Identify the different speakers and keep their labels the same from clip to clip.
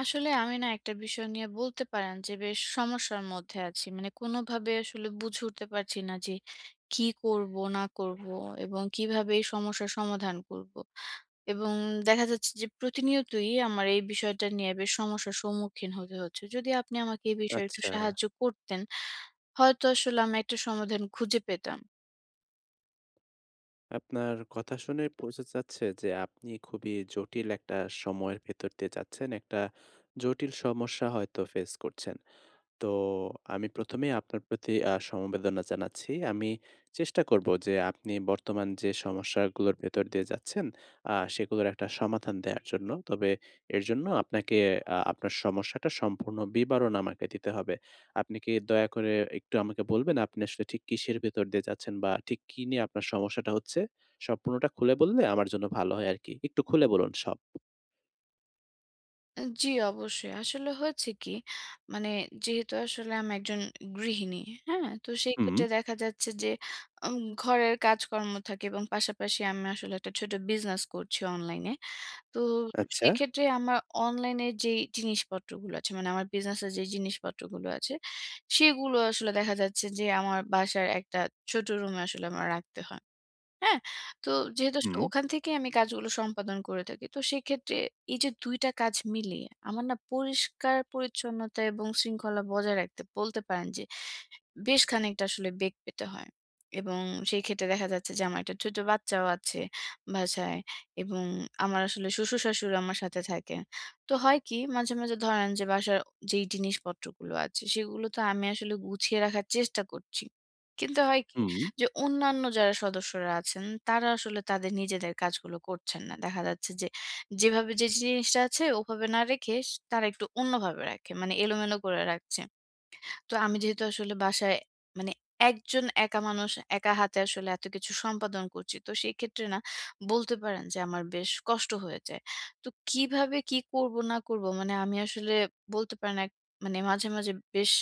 Speaker 1: আসলে আমি না একটা বিষয় নিয়ে বলতে পারেন যে বেশ সমস্যার মধ্যে আছি। মানে কোনোভাবে আসলে বুঝে উঠতে পারছি না যে কি করব না করব এবং কিভাবে এই সমস্যার সমাধান করব। এবং দেখা যাচ্ছে যে প্রতিনিয়তই আমার এই বিষয়টা নিয়ে বেশ সমস্যার সম্মুখীন হতে হচ্ছে। যদি আপনি আমাকে এই বিষয়ে একটু
Speaker 2: আচ্ছা,
Speaker 1: সাহায্য করতেন, হয়তো আসলে আমি একটা সমাধান খুঁজে পেতাম।
Speaker 2: আপনার কথা শুনে বোঝা যাচ্ছে যে আপনি খুবই জটিল একটা সময়ের ভেতর দিয়ে যাচ্ছেন। একটা জটিল সমস্যা হয়তো ফেস করছেন। তো আমি ১ম এ আপনার প্রতি সমবেদনা জানাচ্ছি। আমি চেষ্টা করব যে আপনি বর্তমান যে সমস্যাগুলোর ভেতর দিয়ে যাচ্ছেন, সেগুলোর একটা সমাধান দেয়ার জন্য। তবে এর জন্য আপনাকে আপনার সমস্যাটা সম্পূর্ণ বিবরণ আমাকে দিতে হবে। আপনি কি দয়া করে একটু আমাকে বলবেন আপনি আসলে ঠিক কিসের ভেতর দিয়ে যাচ্ছেন বা ঠিক কি নিয়ে আপনার সমস্যাটা হচ্ছে? সম্পূর্ণটা খুলে বললে আমার জন্য ভালো হয় আরকি। একটু খুলে বলুন সব।
Speaker 1: জি, অবশ্যই। আসলে হয়েছে কি, মানে যেহেতু আসলে আমি একজন গৃহিণী, হ্যাঁ? তো সেই
Speaker 2: হুম,
Speaker 1: ক্ষেত্রে দেখা যাচ্ছে যে ঘরের কাজকর্ম থাকে এবং পাশাপাশি আমি আসলে একটা ছোট বিজনেস করছি অনলাইনে। তো
Speaker 2: আচ্ছা।
Speaker 1: সেক্ষেত্রে আমার অনলাইনে যেই জিনিসপত্রগুলো আছে, মানে আমার বিজনেসের যে জিনিসপত্রগুলো আছে, সেগুলো আসলে দেখা যাচ্ছে যে আমার বাসার একটা ছোট রুমে আসলে আমার রাখতে হয়। হ্যাঁ? তো যেহেতু আসলে
Speaker 2: হুম।
Speaker 1: ওখান থেকেই আমি কাজগুলো সম্পাদন করে থাকি। তো সেক্ষেত্রে এই যে ২ টা কাজ মিলিয়ে আমার না পরিষ্কার পরিচ্ছন্নতা এবং শৃঙ্খলা বজায় রাখতে বলতে পারেন যে বেশ খানিকটা আসলে বেগ পেতে হয়। এবং সেই ক্ষেত্রে দেখা যাচ্ছে যে, আমার একটা ছোট বাচ্চাও আছে বাসায়, এবং আমার আসলে শ্বশুর-শাশুড়ি আমার সাথে থাকে। তো হয় কি, মাঝে, মাঝে ধরেন যে বাসার যেই জিনিসপত্রগুলো আছে সেগুলো তো আমি আসলে গুছিয়ে রাখার চেষ্টা করছি। কিন্তু হয় কি
Speaker 2: হুম।
Speaker 1: যে অন্যান্য যারা সদস্যরা আছেন তারা আসলে তাদের নিজেদের কাজগুলো করছেন না। দেখা যাচ্ছে যে, যেভাবে যে জিনিসটা আছে ওভাবে না রেখে তারা একটু অন্যভাবে রাখে। মানে এলোমেলো করে রাখছে। তো আমি যেহেতু আসলে বাসায় মানে একজন একা মানুষ, একা হাতে আসলে এত কিছু সম্পাদন করছি, তো সেই ক্ষেত্রে না বলতে পারেন যে আমার বেশ কষ্ট হয়ে যায়। তো কিভাবে কি করব না করব, মানে আমি আসলে বলতে পারেন এক মানে মাঝে মাঝে বেশ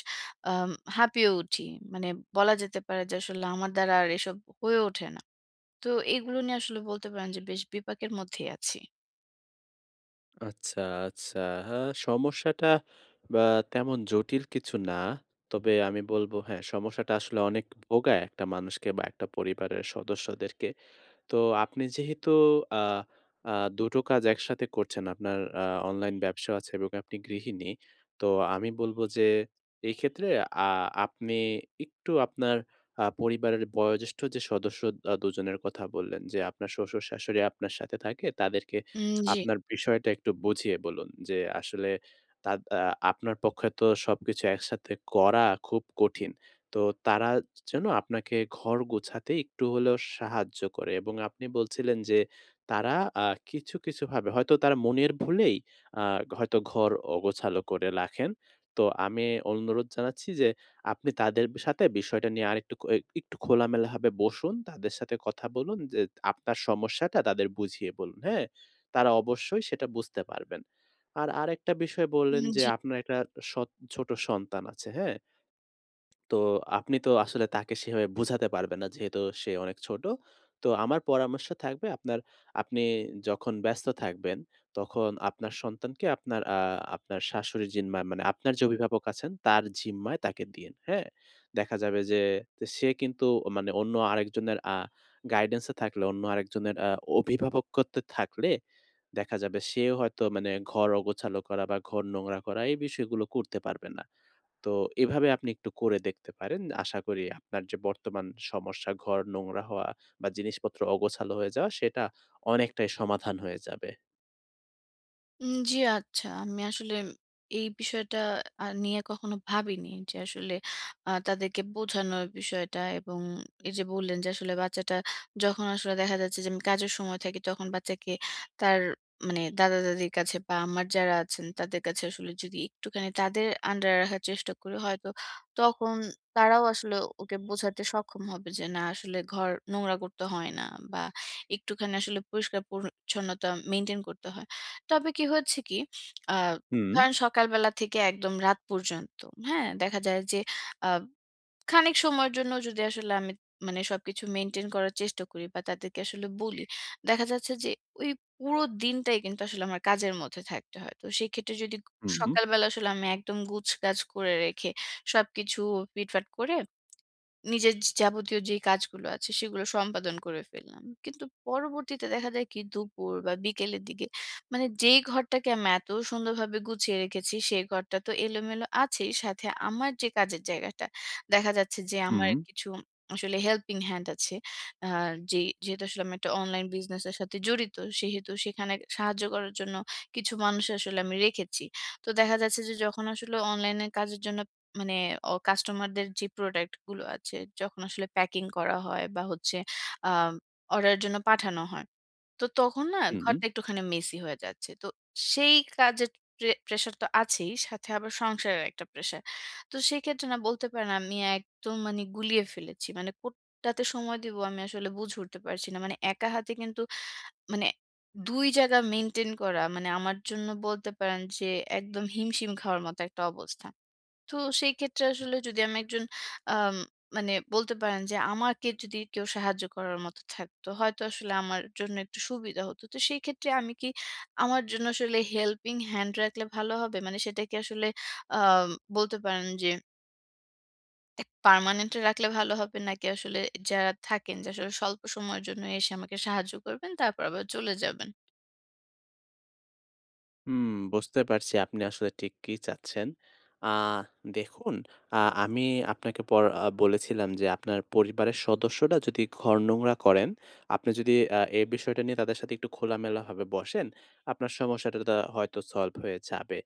Speaker 1: আম, হাঁপিয়ে উঠি। মানে বলা যেতে পারে যে আসলে আমার দ্বারা আর এসব হয়ে ওঠে না। তো এগুলো নিয়ে আসলে বলতে পারেন যে বেশ বিপাকের মধ্যেই আছি।
Speaker 2: আচ্ছা, আচ্ছা। হ্যাঁ, সমস্যাটা বা তেমন জটিল কিছু না। তবে আমি বলব হ্যাঁ, সমস্যাটা আসলে অনেক ভোগায় একটা মানুষকে বা একটা পরিবারের সদস্যদেরকে। তো আপনি যেহেতু আ আ ২ টো কাজ একসাথে করছেন, আপনার অনলাইন ব্যবসা আছে এবং আপনি গৃহিণী। তো আমি বলব যে এক্ষেত্রে আ আপনি একটু আপনার পরিবারের বয়োজ্যেষ্ঠ যে সদস্য দুজনের কথা বললেন যে, আপনার শ্বশুর-শাশুড়ি আপনার সাথে থাকে, তাদেরকে
Speaker 1: উম,
Speaker 2: আপনার বিষয়টা একটু বুঝিয়ে বলুন যে আসলে তাদ আ আপনার পক্ষে তো সবকিছু একসাথে করা খুব কঠিন। তো তারা যেন আপনাকে ঘর গোছাতে একটু হলেও সাহায্য করে এবং আপনি বলছিলেন যে তারা কিছু, কিছু ভাবে হয়তো তারা মনের ভুলেই আ হয়তো ঘর অগোছালো করে রাখেন। তো আমি অনুরোধ জানাচ্ছি যে আপনি তাদের সাথে বিষয়টা নিয়ে আরেকটু একটু খোলামেলাভাবে বসুন। তাদের সাথে কথা বলুন যে আপনার সমস্যাটা তাদের বুঝিয়ে বলুন, হ্যাঁ? তারা অবশ্যই সেটা বুঝতে পারবেন। আর আরেকটা বিষয় বললেন যে
Speaker 1: জি।
Speaker 2: আপনার একটা সৎ ছোট সন্তান আছে, হ্যাঁ? তো আপনি তো আসলে তাকে সেভাবে বোঝাতে পারবেন না যেহেতু সে অনেক ছোট। তো আমার পরামর্শ থাকবে আপনি যখন ব্যস্ত থাকবেন, তখন আপনার সন্তানকে আপনার শাশুড়ির জিম্মায় মানে আপনার যে অভিভাবক আছেন তার জিম্মায় তাকে দিয়েন, হ্যাঁ? দেখা যাবে যে তো সে কিন্তু মানে অন্য আরেকজনের গাইডেন্স এ থাকলে, অন্য আরেকজনের অভিভাবকত্বে থাকলে দেখা যাবে সেও হয়তো মানে ঘর অগোছালো করা বা ঘর নোংরা করা এই বিষয়গুলো করতে পারবে না। তো এভাবে আপনি একটু করে দেখতে পারেন। আশা করি আপনার যে বর্তমান সমস্যা ঘর নোংরা হওয়া বা জিনিসপত্র অগোছালো হয়ে যাওয়া সেটা অনেকটাই সমাধান হয়ে যাবে।
Speaker 1: জি, আচ্ছা। আমি আসলে এই বিষয়টা নিয়ে কখনো ভাবিনি যে আসলে তাদেরকে বোঝানোর বিষয়টা, এবং এই যে বললেন যে আসলে বাচ্চাটা, যখন আসলে দেখা যাচ্ছে যে আমি কাজের সময় থাকি তখন বাচ্চাকে তার মানে দাদা-দাদির কাছে বা আমার যারা আছেন তাদের কাছে আসলে যদি একটুখানি তাদের আন্ডারে রাখার চেষ্টা করি, হয়তো তখন তারাও আসলে ওকে বোঝাতে সক্ষম হবে যে না, আসলে ঘর নোংরা করতে হয় না বা একটুখানি আসলে পরিষ্কার পরিচ্ছন্নতা মেইনটেইন করতে হয়। তবে কি হয়েছে কি, আ
Speaker 2: হুম,
Speaker 1: ধরেন সকালবেলা থেকে একদম রাত পর্যন্ত, হ্যাঁ? দেখা যায় যে আ খানিক সময়ের জন্য যদি আসলে আমি মানে সবকিছু মেইনটেইন করার চেষ্টা করি বা তাদেরকে আসলে বলি, দেখা যাচ্ছে যে ওই পুরো দিনটাই কিন্তু আসলে আমার কাজের মধ্যে থাকতে হয়। তো সেক্ষেত্রে যদি
Speaker 2: হুম,
Speaker 1: সকালবেলা আসলে আমি একদম গুছগাছ করে রেখে সবকিছু ফিটফাট করে নিজের যাবতীয় যেই কাজগুলো আছে সেগুলো সম্পাদন করে ফেললাম। কিন্তু পরবর্তীতে দেখা যায় কি দুপুর বা বিকেলের দিকে মানে যেই ঘরটাকে আমি এত সুন্দরভাবে গুছিয়ে রেখেছি সেই ঘরটা তো এলোমেলো আছেই। সাথে আমার যে কাজের জায়গাটা, দেখা যাচ্ছে যে
Speaker 2: হুম,
Speaker 1: আমার কিছু আসলে হেল্পিং হ্যান্ড আছে। আ যে যেহেতু আসলে আমি একটা অনলাইন বিজনেস এর সাথে জড়িত সেহেতু সেখানে সাহায্য করার জন্য কিছু মানুষ আসলে আমি রেখেছি। তো দেখা যাচ্ছে যে যখন আসলে অনলাইন এর কাজের জন্য, মানে কাস্টমারদের যে প্রোডাক্ট গুলো আছে যখন আসলে প্যাকিং করা হয় বা হচ্ছে, আ অর্ডারের জন্য পাঠানো হয়। তো তখন না
Speaker 2: হুম।
Speaker 1: ঘরটা একটুখানি মেসি হয়ে যাচ্ছে। তো সেই কাজের প্রেশার তো আছেই। সাথে আবার সংসারের একটা প্রেশার। তো সেক্ষেত্রে না বলতে পারেন আমি একদম মানে গুলিয়ে ফেলেছি। মানে কোনটাতে সময় দিব আমি আসলে বুঝে উঠতে পারছি না। মানে একা হাতে কিন্তু মানে ২ জায়গা মেইনটেইন করা মানে আমার জন্য বলতে পারেন যে একদম হিমশিম খাওয়ার মতো একটা অবস্থা। তো সেই ক্ষেত্রে আসলে যদি আমি একজন আম মানে বলতে পারেন যে আমাকে যদি কেউ সাহায্য করার মতো থাকতো, হয়তো আসলে আমার জন্য একটু সুবিধা হতো। তো সেই ক্ষেত্রে আমি কি আমার জন্য আসলে হেল্পিং হ্যান্ড রাখলে ভালো হবে? মানে সেটা কি আসলে আম বলতে পারেন যে এক পার্মানেন্ট রাখলে ভালো হবে, নাকি আসলে যারা থাকেন যে আসলে স্বল্প সময়ের জন্য এসে আমাকে সাহায্য করবেন তারপর আবার চলে যাবেন?
Speaker 2: হুম, বুঝতে পারছি আপনি আসলে ঠিক কি চাচ্ছেন। আ দেখুন, আ আমি আপনাকে পর আ বলেছিলাম যে আপনার পরিবারের সদস্যরা যদি ঘর নোংরা করেন, আপনি যদি এই বিষয়টা নিয়ে তাদের সাথে একটু খোলামেলাভাবে বসেন, আপনার সমস্যাটা তা হয়তো সলভ হয়ে যাবে।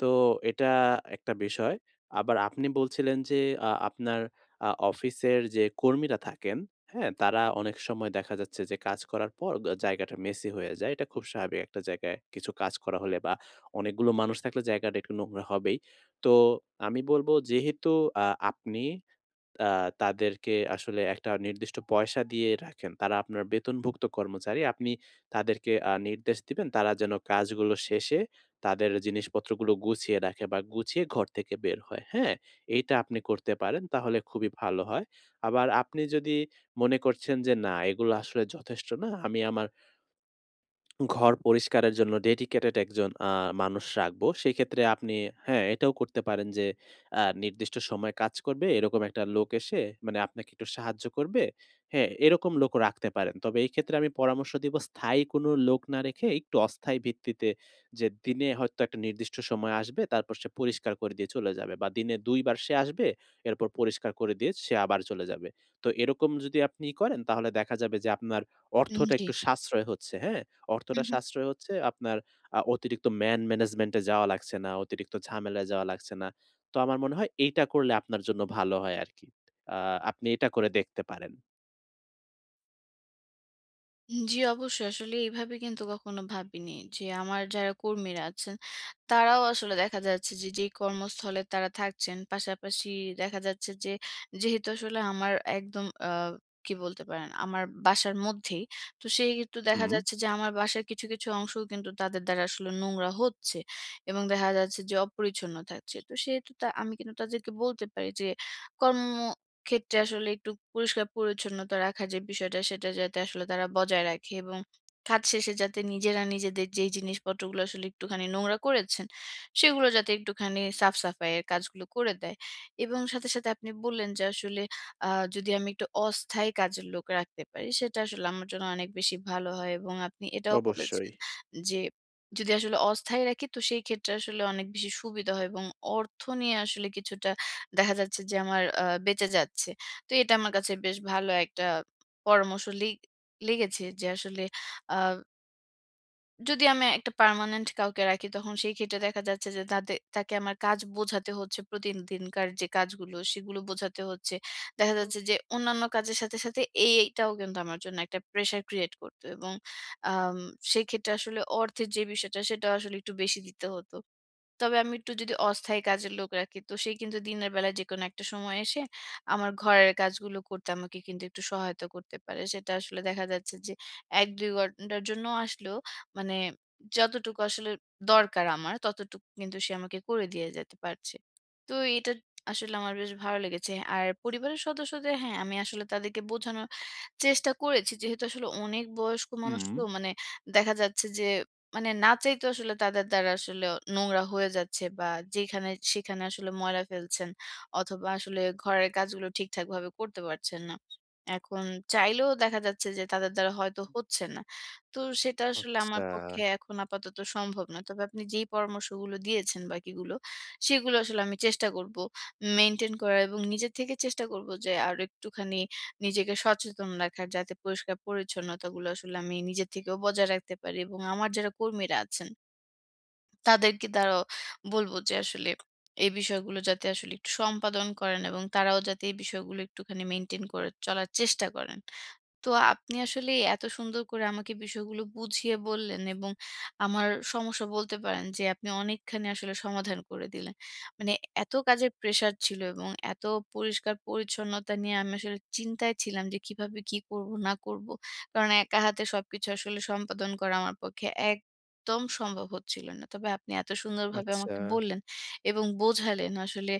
Speaker 2: তো এটা একটা বিষয়। আবার আপনি বলছিলেন যে আপনার অফিসের যে কর্মীরা থাকেন, হ্যাঁ, তারা অনেক সময় দেখা যাচ্ছে যে কাজ করার পর জায়গাটা মেসি হয়ে যায়। এটা খুব স্বাভাবিক একটা জায়গায় কিছু কাজ করা হলে বা অনেকগুলো মানুষ থাকলে জায়গাটা একটু নোংরা হবেই। তো আমি বলব যেহেতু আ আপনি আ তাদেরকে আসলে একটা নির্দিষ্ট পয়সা দিয়ে রাখেন। তারা আপনার বেতনভুক্ত কর্মচারী। আপনি তাদেরকে নির্দেশ দিবেন, তারা যেন কাজগুলো শেষে তাদের জিনিসপত্রগুলো গুছিয়ে রাখে বা গুছিয়ে ঘর থেকে বের হয়। হ্যাঁ? এইটা আপনি করতে পারেন। তাহলে খুবই ভালো হয়। আবার আপনি যদি মনে করছেন যে, "না, এগুলো আসলে যথেষ্ট না। আমি আমার ঘর পরিষ্কারের জন্য ডেডিকেটেড একজন মানুষ রাখবো। সেক্ষেত্রে আপনি হ্যাঁ, এটাও করতে পারেন যে নির্দিষ্ট সময়ে কাজ করবে এরকম একটা লোক এসে মানে আপনাকে একটু সাহায্য করবে। হ্যাঁ, এরকম লোকও রাখতে পারেন। তবে এই ক্ষেত্রে আমি পরামর্শ দিব স্থায়ী কোনো লোক না রেখে একটু অস্থায়ী ভিত্তিতে যে দিনে হয়তো একটা নির্দিষ্ট সময় আসবে তারপর সে পরিষ্কার করে দিয়ে চলে যাবে বা দিনে ২ বার সে আসবে এরপর পরিষ্কার করে দিয়ে সে আবার চলে যাবে। তো এরকম যদি আপনি করেন তাহলে দেখা যাবে যে আপনার অর্থটা
Speaker 1: জি।
Speaker 2: একটু সাশ্রয় হচ্ছে, হ্যাঁ?
Speaker 1: হুম,
Speaker 2: অর্থটা
Speaker 1: হুম।
Speaker 2: সাশ্রয় হচ্ছে আপনার, অতিরিক্ত ম্যানেজমেন্ট এ যাওয়া লাগছে না, অতিরিক্ত ঝামেলায় যাওয়া লাগছে না। তো আমার মনে হয় এইটা করলে আপনার জন্য ভালো হয় আরকি। আ আপনি এটা করে দেখতে পারেন।
Speaker 1: জি, অবশ্যই। আসলে এইভাবে কিন্তু কখনো ভাবিনি যে, আমার যারা কর্মীরা আছেন, তারাও আসলে দেখা যাচ্ছে যে, যেই কর্মস্থলে তারা থাকছেন, পাশাপাশি দেখা যাচ্ছে যে, যেহেতু আসলে আমার একদম কি বলতে পারেন, আমার বাসার মধ্যেই। তো সেহেতু দেখা
Speaker 2: হুম,
Speaker 1: যাচ্ছে যে, আমার বাসার কিছু, কিছু অংশও কিন্তু তাদের দ্বারা আসলে নোংরা হচ্ছে এবং দেখা যাচ্ছে যে, অপরিচ্ছন্ন থাকছে। তো সেহেতু তা আমি কিন্তু তাদেরকে বলতে পারি যে, কর্ম ক্ষেত্রে আসলে একটু পরিষ্কার-পরিচ্ছন্নতা রাখার যে বিষয়টা, সেটা যাতে আসলে তারা বজায় রাখে, এবং কাজ শেষে যাতে নিজেরা নিজেদের যেই জিনিসপত্রগুলো আসলে একটুখানি নোংরা করেছেন, সেগুলো যাতে একটুখানি সাফ-সাফাইয়ের কাজগুলো করে দেয়। এবং সাথে, সাথে আপনি বললেন যে আসলে আ যদি আমি একটু অস্থায়ী কাজের লোক রাখতে পারি, সেটা আসলে আমার জন্য অনেক বেশি ভালো হয়, এবং আপনি এটাও বলেছেন
Speaker 2: অবশ্যই।
Speaker 1: যে, যদি আসলে অস্থায়ী রাখি, তো সেই ক্ষেত্রে আসলে অনেক বেশি সুবিধা হয় এবং অর্থ নিয়ে আসলে কিছুটা দেখা যাচ্ছে যে আমার বেঁচে যাচ্ছে। তো এটা আমার কাছে বেশ ভালো একটা পরামর্শ লেগেছে যে আসলে আ যদি আমি একটা পার্মানেন্ট কাউকে রাখি, তখন সেই ক্ষেত্রে দেখা যাচ্ছে যে তাকে আমার কাজ বোঝাতে হচ্ছে, প্রতিদিনকার যে কাজগুলো সেগুলো বোঝাতে হচ্ছে। দেখা যাচ্ছে যে অন্যান্য কাজের সাথে, সাথে এইটাও কিন্তু আমার জন্য একটা প্রেশার ক্রিয়েট করত, এবং আম সেক্ষেত্রে আসলে অর্থের যে বিষয়টা সেটাও আসলে একটু বেশি দিতে হতো। তবে আমি একটু যদি অস্থায়ী কাজের লোক রাখি, তো সে কিন্তু দিনের বেলা যেকোনো একটা সময় এসে আমার ঘরের কাজগুলো করতে আমাকে কিন্তু একটু সহায়তা করতে পারে। সেটা আসলে দেখা যাচ্ছে যে ১-২ ঘন্টার জন্য আসলেও মানে যতটুকু আসলে দরকার আমার ততটুকু কিন্তু সে আমাকে করে দিয়ে যেতে পারছে। তো এটা আসলে আমার বেশ ভালো লেগেছে। আর পরিবারের সদস্যদের, হ্যাঁ, আমি আসলে তাদেরকে বোঝানোর চেষ্টা করেছি। যেহেতু আসলে অনেক বয়স্ক মানুষ,
Speaker 2: হুম।
Speaker 1: তো মানে দেখা যাচ্ছে যে মানে না চাইতেও আসলে তাদের দ্বারা আসলে নোংরা হয়ে যাচ্ছে, বা যেখানে সেখানে আসলে ময়লা ফেলছেন, অথবা আসলে ঘরের কাজগুলো ঠিকঠাক ভাবে করতে পারছেন না। এখন চাইলেও দেখা যাচ্ছে যে তাদের দ্বারা হয়তো হচ্ছে না। তো সেটা আসলে আমার
Speaker 2: আচ্ছা,
Speaker 1: পক্ষে এখন আপাতত সম্ভব না। তবে আপনি যেই পরামর্শগুলো দিয়েছেন বাকিগুলো, সেগুলো আসলে আমি চেষ্টা করব মেইনটেইন করার, এবং নিজের থেকে চেষ্টা করব যে আরো একটুখানি নিজেকে সচেতন রাখার, যাতে পরিষ্কার পরিচ্ছন্নতাগুলো আসলে আমি নিজে থেকেও বজায় রাখতে পারি, এবং আমার যারা কর্মীরা আছেন তাদেরকে দ্বারাও বলবো যে আসলে এই বিষয়গুলো যাতে আসলে একটু সম্পাদন করেন এবং তারাও যাতে এই বিষয়গুলো একটুখানি মেনটেন করে চলার চেষ্টা করেন। তো আপনি আসলে এত সুন্দর করে আমাকে বিষয়গুলো বুঝিয়ে বললেন, এবং আমার সমস্যা বলতে পারেন যে আপনি অনেকখানি আসলে সমাধান করে দিলেন। মানে এত কাজের প্রেশার ছিল এবং এত পরিষ্কার পরিচ্ছন্নতা নিয়ে আমি আসলে চিন্তায় ছিলাম যে কিভাবে কি করব না করব। কারণ একা হাতে সবকিছু আসলে সম্পাদন করা আমার পক্ষে একদম সম্ভব হচ্ছিল না। তবে আপনি এত সুন্দরভাবে
Speaker 2: আচ্ছা।
Speaker 1: আমাকে বললেন এবং বোঝালেন, আসলে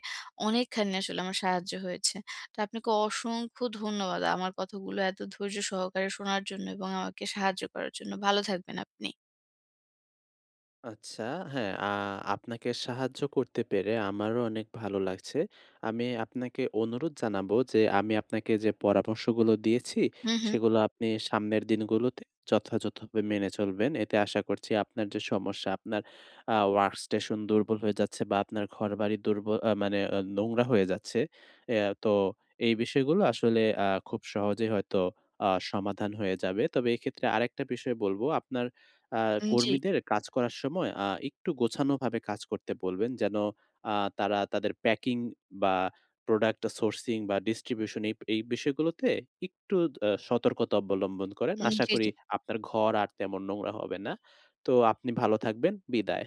Speaker 1: অনেকখানি আসলে আমার সাহায্য হয়েছে। তো আপনাকে অসংখ্য ধন্যবাদ আমার কথাগুলো এত ধৈর্য সহকারে শোনার জন্য এবং আমাকে সাহায্য করার জন্য। ভালো থাকবেন আপনি।
Speaker 2: আচ্ছা, হ্যাঁ, আপনাকে সাহায্য করতে পেরে আমারও অনেক ভালো লাগছে। আমি আপনাকে অনুরোধ জানাবো যে, আমি আপনাকে যে পরামর্শগুলো দিয়েছি,
Speaker 1: হু, হু।
Speaker 2: সেগুলো আপনি সামনের দিনগুলোতে যথাযথভাবে মেনে চলবেন। এতে আশা করছি আপনার যে সমস্যা, আপনার ওয়ার্ক স্টেশন দুর্বল হয়ে যাচ্ছে বা আপনার ঘরবাড়ি দুর্বল মানে নোংরা হয়ে যাচ্ছে। এ তো এই বিষয়গুলো আসলে খুব সহজেই হয়তো সমাধান হয়ে যাবে। তবে এক্ষেত্রে আরেকটা বিষয় বলব, আপনার আ
Speaker 1: জি,
Speaker 2: কর্মীদের কাজ করার সময় একটু গোছানোভাবে কাজ করতে বলবেন। যেন আ তারা তাদের প্যাকিং বা প্রোডাক্ট সোর্সিং বা ডিস্ট্রিবিউশন এই এই বিষয়গুলোতে একটু সতর্কতা অবলম্বন করেন। আশা
Speaker 1: জি,
Speaker 2: করি
Speaker 1: জি।
Speaker 2: আপনার ঘর আর তেমন নোংরা হবে না। তো আপনি ভালো থাকবেন। বিদায়।